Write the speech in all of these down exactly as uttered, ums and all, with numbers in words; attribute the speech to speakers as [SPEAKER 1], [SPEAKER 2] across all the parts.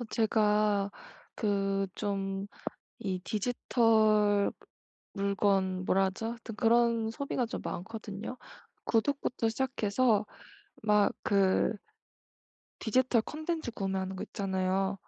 [SPEAKER 1] 어 제가 그 좀 이 디지털 물건 뭐라 하죠? 하여튼 그런 소비가 좀 많거든요. 구독부터 시작해서 막 그 디지털 컨텐츠 구매하는 거 있잖아요.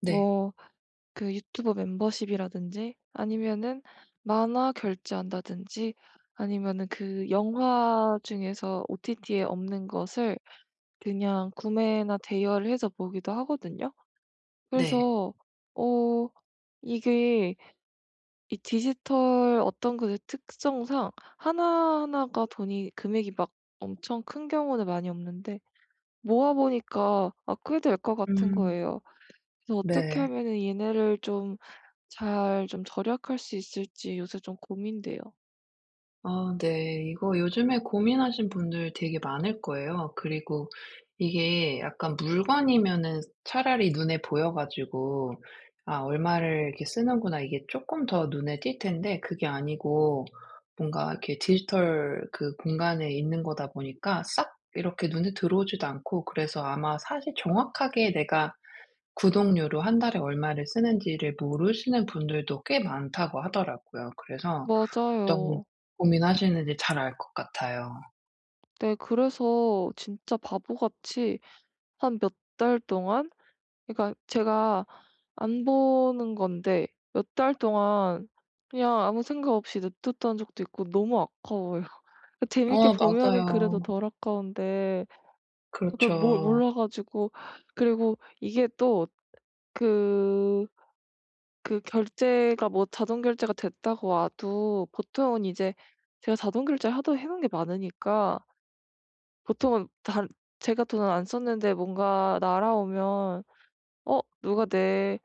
[SPEAKER 2] 네.
[SPEAKER 1] 뭐 그 유튜브 멤버십이라든지 아니면은 만화 결제한다든지, 아니면은 그 영화 중에서 오티티에 없는 것을 그냥 구매나 대여를 해서 보기도 하거든요.
[SPEAKER 2] 네.
[SPEAKER 1] 그래서 어 이게 이 디지털 어떤 그 특성상 하나하나가 돈이 금액이 막 엄청 큰 경우는 많이 없는데, 모아 보니까 아 꽤 될 것 같은
[SPEAKER 2] 음.
[SPEAKER 1] 거예요. 그래서 어떻게
[SPEAKER 2] 네.
[SPEAKER 1] 하면은 얘네를 좀 잘 좀 절약할 수 있을지 요새 좀 고민돼요.
[SPEAKER 2] 아 네. 이거 요즘에 고민하신 분들 되게 많을 거예요. 그리고 이게 약간 물건이면은 차라리 눈에 보여 가지고 '아 얼마를 이렇게 쓰는구나.' 이게 쪼끔 더 눈에 띌 텐데 그게 아니고 뭔가 이렇게 디지털 그 공간에 있는 거다 보니까 싹 이렇게 눈에 들어오지도 않고 그래서 아마 사실 정확하게 내가 구독료로 한 달에 얼마를 쓰는지를 모르시는 분들도 꽤 많다고 하더라고요. 그래서 어떤
[SPEAKER 1] 맞아요.
[SPEAKER 2] 고민하시는지 잘 알 것 같아요.
[SPEAKER 1] 네, 그래서 진짜 바보같이 한 몇 달 동안, 그러니까 제가 안 보는 건데 몇 달 동안 그냥 아무 생각 없이 냅뒀던 적도 있고 너무 아까워요. 재밌게
[SPEAKER 2] 어
[SPEAKER 1] 보면은 그래도
[SPEAKER 2] 맞아요.
[SPEAKER 1] 덜 아까운데 그걸 몰
[SPEAKER 2] 그렇죠.
[SPEAKER 1] 몰라가지고 그리고 이게 또 그 그 결제가, 뭐 자동 결제가 됐다고 와도 보통은 이제 제가 자동 결제를 하도 해놓은 게 많으니까, 보통은 다 제가 돈을 안 썼는데 뭔가 날아오면 어 누가 내,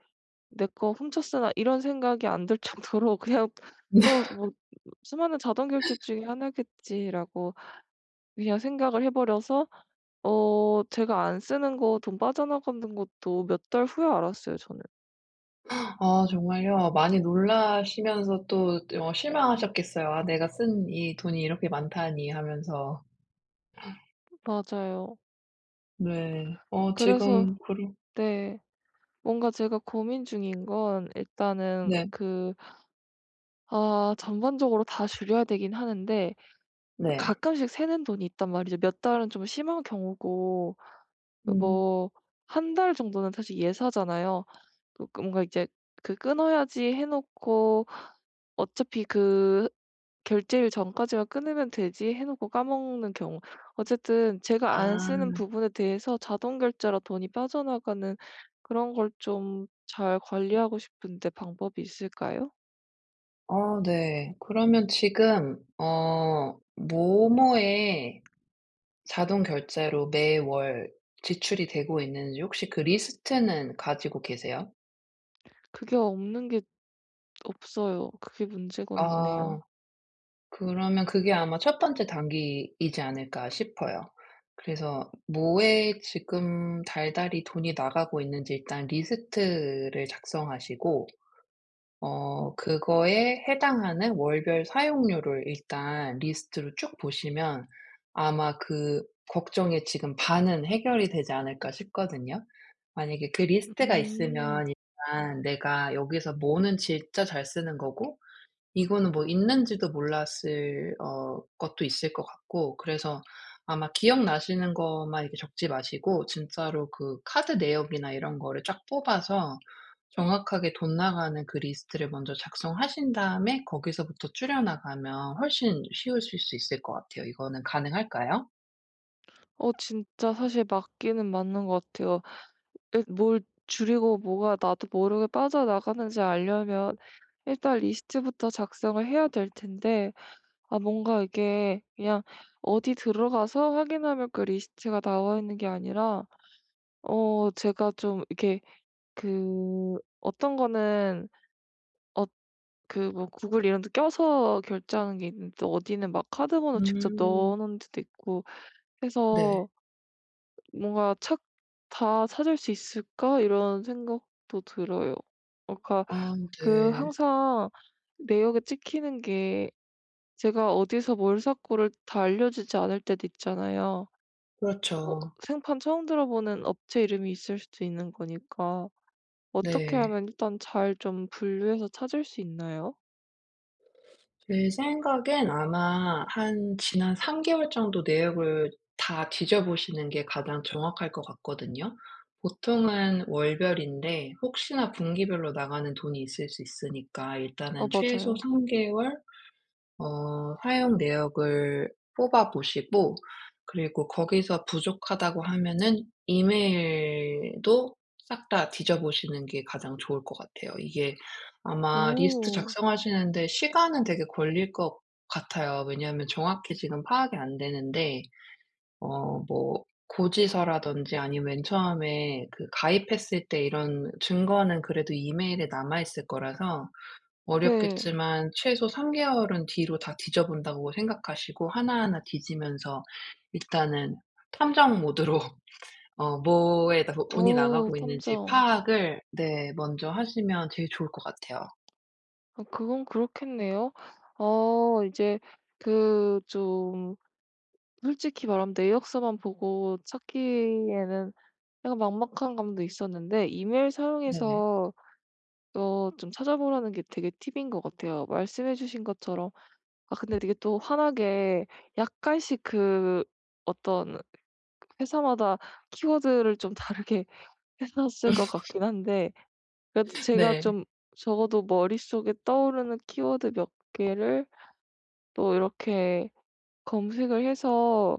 [SPEAKER 1] '내 거 훔쳤으나.' 이런 생각이 안 들 정도로 그냥 또 뭐 '수많은 자동 결제 중에 하나겠지.'라고 그냥 생각을 해 버려서, 어 제가 안 쓰는 거 돈 빠져나가는 것도 몇 달 후에 알았어요 저는.
[SPEAKER 2] 아 정말요. 많이 놀라시면서 또 어 실망하셨겠어요. '아 내가 쓴 이 돈이 이렇게 많다니.' 하면서.
[SPEAKER 1] 맞아요.
[SPEAKER 2] 네. 어
[SPEAKER 1] 그래서
[SPEAKER 2] 지금 그러
[SPEAKER 1] 네, 뭔가 제가 고민 중인 건 일단은
[SPEAKER 2] 네.
[SPEAKER 1] 그, 아 전반적으로 다 줄여야 되긴 하는데
[SPEAKER 2] 네.
[SPEAKER 1] 가끔씩 새는 돈이 있단 말이죠. 몇 달은 좀 심한 경우고,
[SPEAKER 2] 음.
[SPEAKER 1] 뭐 한 달 정도는 사실 예사잖아요. 그 그 뭔가 이제 그 끊어야지 해 놓고, 어차피 그 결제일 전까지만 끊으면 되지 해 놓고 까먹는 경우. 어쨌든 제가 안
[SPEAKER 2] 아.
[SPEAKER 1] 쓰는 부분에 대해서 자동 결제로 돈이 빠져나가는 그런 걸 좀 잘 관리하고 싶은데, 방법이 있을까요?
[SPEAKER 2] 어 네. 그러면 지금 어 모모에 자동 결제로 매월 지출이 되고 있는지 혹시 그 리스트는 가지고 계세요?
[SPEAKER 1] 그게 없는 게, 없어요. 그게
[SPEAKER 2] 아
[SPEAKER 1] 문제겠네요.
[SPEAKER 2] 그러면 그게 아마 첫 번째 단계이지 않을까 싶어요. 그래서 뭐에 지금 달달이 돈이 나가고 있는지 일단 리스트를 작성하시고 어 그거에 해당하는 월별 사용료를 일단 리스트로 쭉 보시면 아마 그 걱정의 지금 반은 해결이 되지 않을까 싶거든요. 만약에 그 리스트가
[SPEAKER 1] 음.
[SPEAKER 2] 있으면 일단 내가 여기서 뭐는 진짜 잘 쓰는 거고 이거는 뭐 있는지도 몰랐을 어 것도 있을 것 같고 그래서 아마 기억나시는 것만 이렇게 적지 마시고 진짜로 그 카드 내역이나 이런 거를 쫙 뽑아서 정확하게 돈 나가는 그 리스트를 먼저 작성하신 다음에 거기서부터 줄여 나가면 훨씬 쉬우실 수 있을 것 같아요. 이거는 가능할까요?
[SPEAKER 1] 어 진짜 사실 맞기는 맞는 것 같아요. 일- 뭘 줄이고 뭐가 나도 모르게 빠져나가는지 알려면 일단 리스트부터 작성을 해야 될 텐데, 아 뭔가 이게 그냥 어디 들어가서 확인하면 그 리스트가 나와 있는 게 아니라, 어 제가 좀 이렇게 그 어떤 거는 어 그 뭐 구글 이런 데 껴서 결제하는 게 있는데, 또 어디는 막 카드번호 직접
[SPEAKER 2] 음.
[SPEAKER 1] 넣어 놓은 데도 있고
[SPEAKER 2] 네.
[SPEAKER 1] 해서 뭔가 착 '다 찾을 수 있을까?' 이런 생각도 들어요. 어 그러니까
[SPEAKER 2] 아
[SPEAKER 1] 그
[SPEAKER 2] 네.
[SPEAKER 1] 항상 내역에 찍히는 게 제가 어디서 뭘 샀고를 다 알려주지 않을 때도 있잖아요. 뭐
[SPEAKER 2] 그렇죠.
[SPEAKER 1] 생판 처음 들어보는 업체 이름이 있을 수도 있는 거니까, 어떻게
[SPEAKER 2] 네.
[SPEAKER 1] 하면 일단 잘 좀 분류해서 찾을 수 있나요?
[SPEAKER 2] 제 생각엔 아마 한 지난 삼 개월 정도 내역을 다 뒤져보시는 게 가장 정확할 것 같거든요. 보통은 월별인데 혹시나 분기별로 나가는 돈이 있을 수 있으니까
[SPEAKER 1] 어,
[SPEAKER 2] 일단은 최소
[SPEAKER 1] 맞아요.
[SPEAKER 2] 삼 개월 어 사용 내역을 뽑아 보시고 그리고 거기서 부족하다고 하면은 이메일도 싹 다 뒤져 보시는 게 가장 좋을 것 같아요. 이게 아마 리스트
[SPEAKER 1] 오,
[SPEAKER 2] 작성하시는데 시간은 되게 걸릴 것 같아요. 왜냐하면 정확히 지금 파악이 안 되는데 어 뭐 고지서라든지 아니면 맨 처음에 그 가입했을 때 이런 증거는 그래도 이메일에 남아 있을 거라서
[SPEAKER 1] 네.
[SPEAKER 2] 어렵겠지만 최소 삼 개월은 뒤로 다 뒤져 본다고 생각하시고 하나하나 뒤지면서 일단은 탐정 모드로 어 뭐에 나 돈이
[SPEAKER 1] 오,
[SPEAKER 2] 나가고 있는지
[SPEAKER 1] 탐정.
[SPEAKER 2] 파악을, 네, 먼저 하시면 제일 좋을 것 같아요.
[SPEAKER 1] 아, 그건 그렇겠네요. 어, 이제 그 좀 솔직히 말하면 내역서만 보고 찾기에는 약간 막막한 감도 있었는데, 이메일
[SPEAKER 2] 네.
[SPEAKER 1] 사용해서 어 좀 찾아보라는 게 되게 팁인 것 같아요, 말씀해 주신 것처럼. 아 근데 이게 또 환하게 약간씩 그 어떤 회사마다 키워드를 좀 다르게 해놨을 것 같긴 한데, 그래도 제가
[SPEAKER 2] 네.
[SPEAKER 1] 좀 적어도 머릿속에 떠오르는 키워드 몇 개를 또 이렇게 검색을 해서,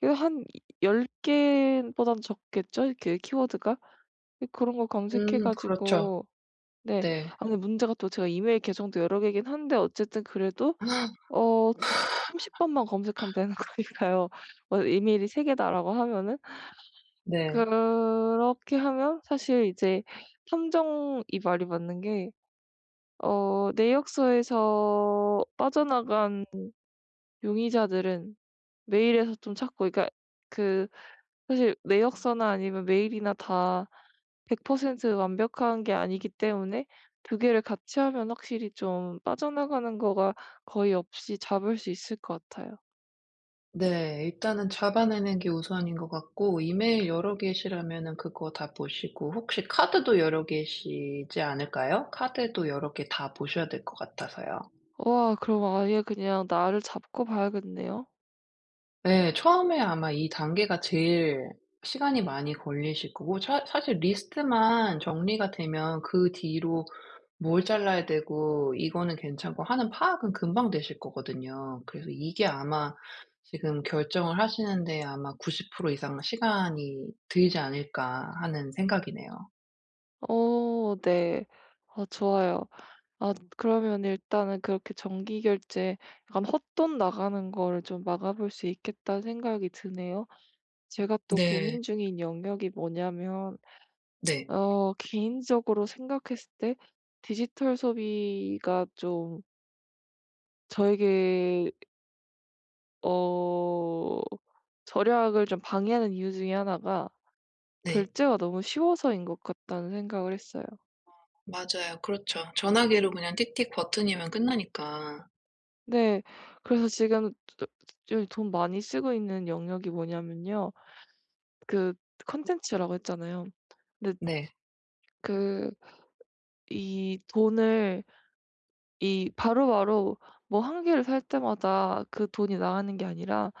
[SPEAKER 1] 그래도 한 열 개보단 적겠죠? 그 키워드가? 그런 거 검색해
[SPEAKER 2] 음 그렇죠.
[SPEAKER 1] 가지고. 네.
[SPEAKER 2] 네.
[SPEAKER 1] 아 근데 문제가 또 제가 이메일 계정도 여러 개긴 한데, 어쨌든 그래도 어 삼십 번만 검색하면 되는 거니까요. 뭐 이메일이 세 개다라고 하면은
[SPEAKER 2] 네.
[SPEAKER 1] 그렇게 하면 사실 이제 탐정이 말이 맞는 게, 어 내역서에서 빠져나간 용의자들은 메일에서 좀 찾고, 그러니까 그 사실 내역서나 아니면 메일이나 다 백 퍼센트 완벽한 게 아니기 때문에 두 개를 같이 하면 확실히 좀 빠져나가는 거가 거의 없이 잡을 수 있을 것 같아요.
[SPEAKER 2] 네. 일단은 잡아내는 게 우선인 것 같고 이메일 여러 개시라면은 그거 다 보시고 혹시 카드도 여러 개시지 않을까요? 카드도 여러 개 다 보셔야 될 것 같아서요.
[SPEAKER 1] 와, 그럼 아예 그냥 나를 잡고 봐야겠네요.
[SPEAKER 2] 네. 처음에 아마 이 단계가 제일 시간이 많이 걸리실 거고 차 사실 리스트만 정리가 되면 그 뒤로 뭘 잘라야 되고 이거는 괜찮고 하는 파악은 금방 되실 거거든요. 그래서 이게 아마 지금 결정을 하시는 데 아마 구십 프로 이상 시간이 들지 않을까 하는 생각이네요.
[SPEAKER 1] 어 네. 아 좋아요. 아 그러면 일단은 그렇게 정기 결제, 약간 헛돈 나가는 거를 좀 막아 볼 수 있겠다는 생각이 드네요. 제가 또
[SPEAKER 2] 네.
[SPEAKER 1] 고민 중인 영역이 뭐냐면,
[SPEAKER 2] 네.
[SPEAKER 1] 어 개인적으로 생각했을 때 디지털 소비가 좀 저에게 어 절약을 좀 방해하는 이유 중에 하나가
[SPEAKER 2] 네.
[SPEAKER 1] 결제가 너무 쉬워서인 것 같다는 생각을 했어요.
[SPEAKER 2] 맞아요. 그렇죠. 전화기로 그냥 틱틱 버튼이면 끝나니까.
[SPEAKER 1] 네. 그래서 지금 저 저 돈 많이 쓰고 있는 영역이 뭐냐면요, 그 컨텐츠라고 했잖아요. 근데
[SPEAKER 2] 네.
[SPEAKER 1] 그 이 돈을 이 바로바로 뭐 한 개를 살 때마다 그 돈이 나가는 게 아니라,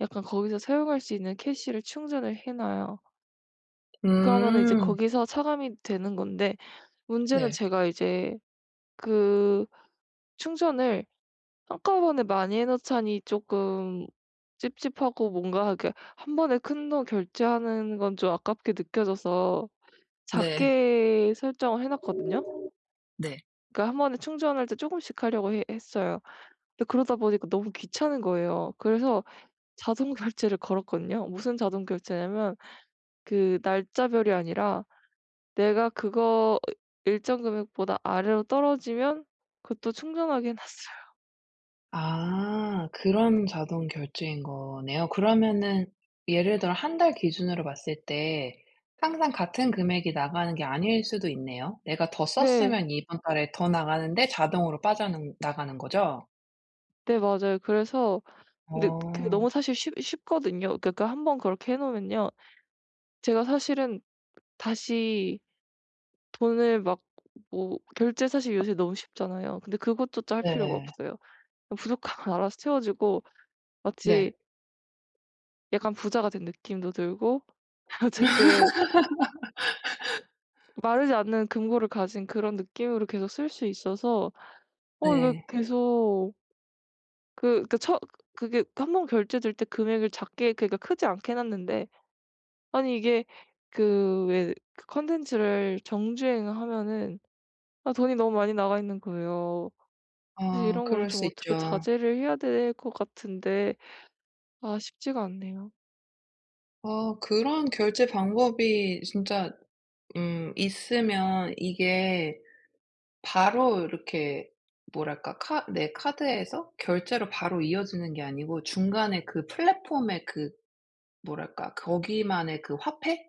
[SPEAKER 1] 약간 거기서 사용할 수 있는 캐시를 충전을 해 놔요. 그러면은 이제
[SPEAKER 2] 음.
[SPEAKER 1] 거기서 차감이 되는 건데, 문제는
[SPEAKER 2] 네.
[SPEAKER 1] 제가 이제 그 충전을 한꺼번에 많이 해 놓자니 조금 찝찝하고, 뭔가 이렇게 한 번에 큰 돈 결제하는 건 좀 아깝게 느껴져서
[SPEAKER 2] 네.
[SPEAKER 1] 작게 설정을 해 놨거든요.
[SPEAKER 2] 네.
[SPEAKER 1] 그러니까 한 번에 충전할 때 조금씩 하려고 해 했어요. 근데 그러다 보니까 너무 귀찮은 거예요. 그래서 자동 결제를 걸었거든요. 무슨 자동 결제냐면, 그 날짜별이 아니라 내가 그거 일정 금액보다 아래로 떨어지면 그것도 충전하게 해 놨어요.
[SPEAKER 2] 아 그런 자동 결제인 거네요. 그러면은 예를 들어 한 달 기준으로 봤을 때 항상 같은 금액이 나가는 게 아닐 수도 있네요. 내가 더
[SPEAKER 1] 네.
[SPEAKER 2] 썼으면 이번 달에 더 나가는데 자동으로 빠져 나가는 거죠?
[SPEAKER 1] 네, 맞아요. 그래서 근데 그게
[SPEAKER 2] 어
[SPEAKER 1] 너무 사실 쉽 쉽거든요. 그러니까 한 번 그렇게 해 놓으면요, 제가 사실은 다시 돈을 막 뭐 결제 사실 요새 너무 쉽잖아요. 근데 그것조차 할 필요가
[SPEAKER 2] 네.
[SPEAKER 1] 없어요. 부족함을 알아서 채워주고,
[SPEAKER 2] 네.
[SPEAKER 1] 마치 약간 부자가 된 느낌도 들고 어쨌든 마르지 않는 금고를 가진 그런 느낌으로 계속 쓸 수 있어서, 어 이거 네,
[SPEAKER 2] 네.
[SPEAKER 1] 계속 그 그 처 그게 한 번 결제될 때 금액을 작게 그러니까 크지 않게 해 놨는데, 아니 이게 그 왜 그 컨텐츠를 정주행하면은 아 돈이 너무 많이 나가 있는 거예요. 그래서
[SPEAKER 2] 아
[SPEAKER 1] 이런 걸
[SPEAKER 2] 그럴
[SPEAKER 1] 좀
[SPEAKER 2] 수
[SPEAKER 1] 어떻게
[SPEAKER 2] 있죠.
[SPEAKER 1] 자제를 해야 될 것 같은데, 아 쉽지가 않네요.
[SPEAKER 2] 어 그런 결제 방법이 진짜 음 있으면 이게 바로 이렇게 뭐랄까 카 내 카드에서 결제로 바로 이어지는 게 아니고 중간에 그 플랫폼의 그 뭐랄까 거기만의 그 화폐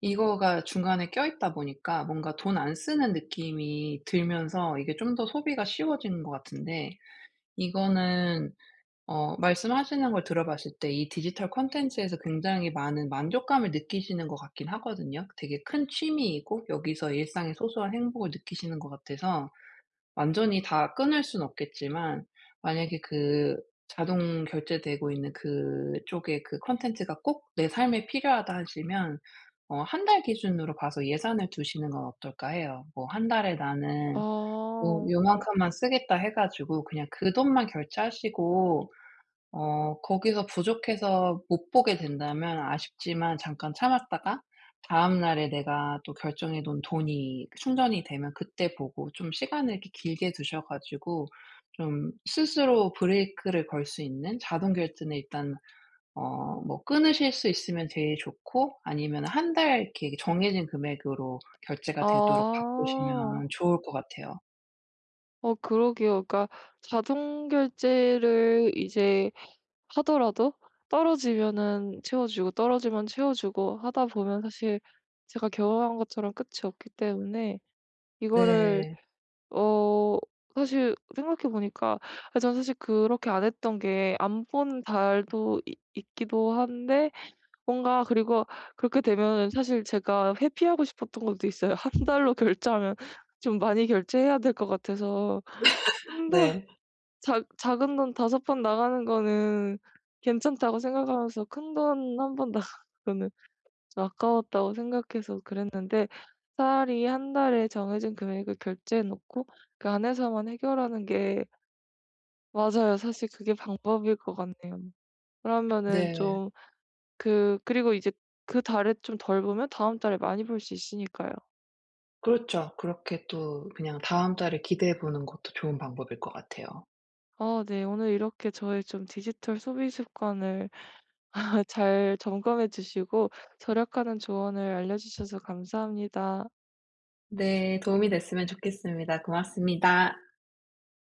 [SPEAKER 2] 이거가 중간에 껴있다 보니까 뭔가 돈 안 쓰는 느낌이 들면서 이게 좀 더 소비가 쉬워지는 것 같은데 이거는 어 말씀하시는 걸 들어봤을 때 이 디지털 콘텐츠에서 굉장히 많은 만족감을 느끼시는 것 같긴 하거든요. 되게 큰 취미이고 여기서 일상의 소소한 행복을 느끼시는 것 같아서 완전히 다 끊을 순 없겠지만 만약에 그 자동 결제되고 있는 그쪽의 그 콘텐츠가 꼭 내 삶에 필요하다 하시면 어 한 달 기준으로 봐서 예산을 두시는 건 어떨까 해요. 뭐 한 달에
[SPEAKER 1] 아.
[SPEAKER 2] 나는 뭐 요만큼만 쓰겠다 해 가지고 그냥 그 돈만 결제하시고 어 거기서 부족해서 못 보게 된다면 아쉽지만 잠깐 참았다가 다음 날에 내가 또 결정해 놓은 돈이 충전이 되면 그때 보고 좀 시간을 이렇게 길게 두셔 가지고 좀 스스로 브레이크를 걸 수 있는 자동 결제는 일단 어 뭐 끊으실 수 있으면 제일 좋고 아니면 한 달 이렇게 정해진 금액으로 결제가 되도록
[SPEAKER 1] 아.
[SPEAKER 2] 바꾸시면 좋을 것 같아요.
[SPEAKER 1] 어 그러게요. 그러니까 자동 결제를 이제 하더라도 떨어지면은 채워 주고 떨어지면 채워 주고 하다 보면 사실 제가 경험한 것처럼 끝이 없기 때문에, 이거를
[SPEAKER 2] 네.
[SPEAKER 1] 어, 사실 생각해 보니까 아 전 사실 그렇게 안 했던 게 안 본 달도 있 있기도 한데 뭔가, 그리고 그렇게 되면 사실 제가 회피하고 싶었던 것도 있어요. 한 달로 결제하면 좀 많이 결제해야 될 것 같아서, 큰돈,
[SPEAKER 2] 네.
[SPEAKER 1] 작 작은 돈 다섯 번 나가는 거는 괜찮다고 생각하면서 큰 돈 한 번 나가는 거는 아까웠다고 생각해서 그랬는데, 차라리 한 달에 정해진 금액을 결제해 놓고 그 안에서만 해결하는 게 맞아요. 사실 그게 방법일 것 같네요. 그러면은
[SPEAKER 2] 네.
[SPEAKER 1] 좀 그, 그리고 이제 그 달에 좀 덜 보면 다음 달에 많이 볼 수 있으니까요.
[SPEAKER 2] 그렇죠. 그렇게 또 그냥 다음 달을 기대해 보는 것도 좋은 방법일 것 같아요.
[SPEAKER 1] 아 네. 오늘 이렇게 저의 좀 디지털 소비 습관을 잘 점검해 주시고 절약하는 조언을 알려 주셔서 감사합니다.
[SPEAKER 2] 네. 도움이 됐으면 좋겠습니다. 고맙습니다.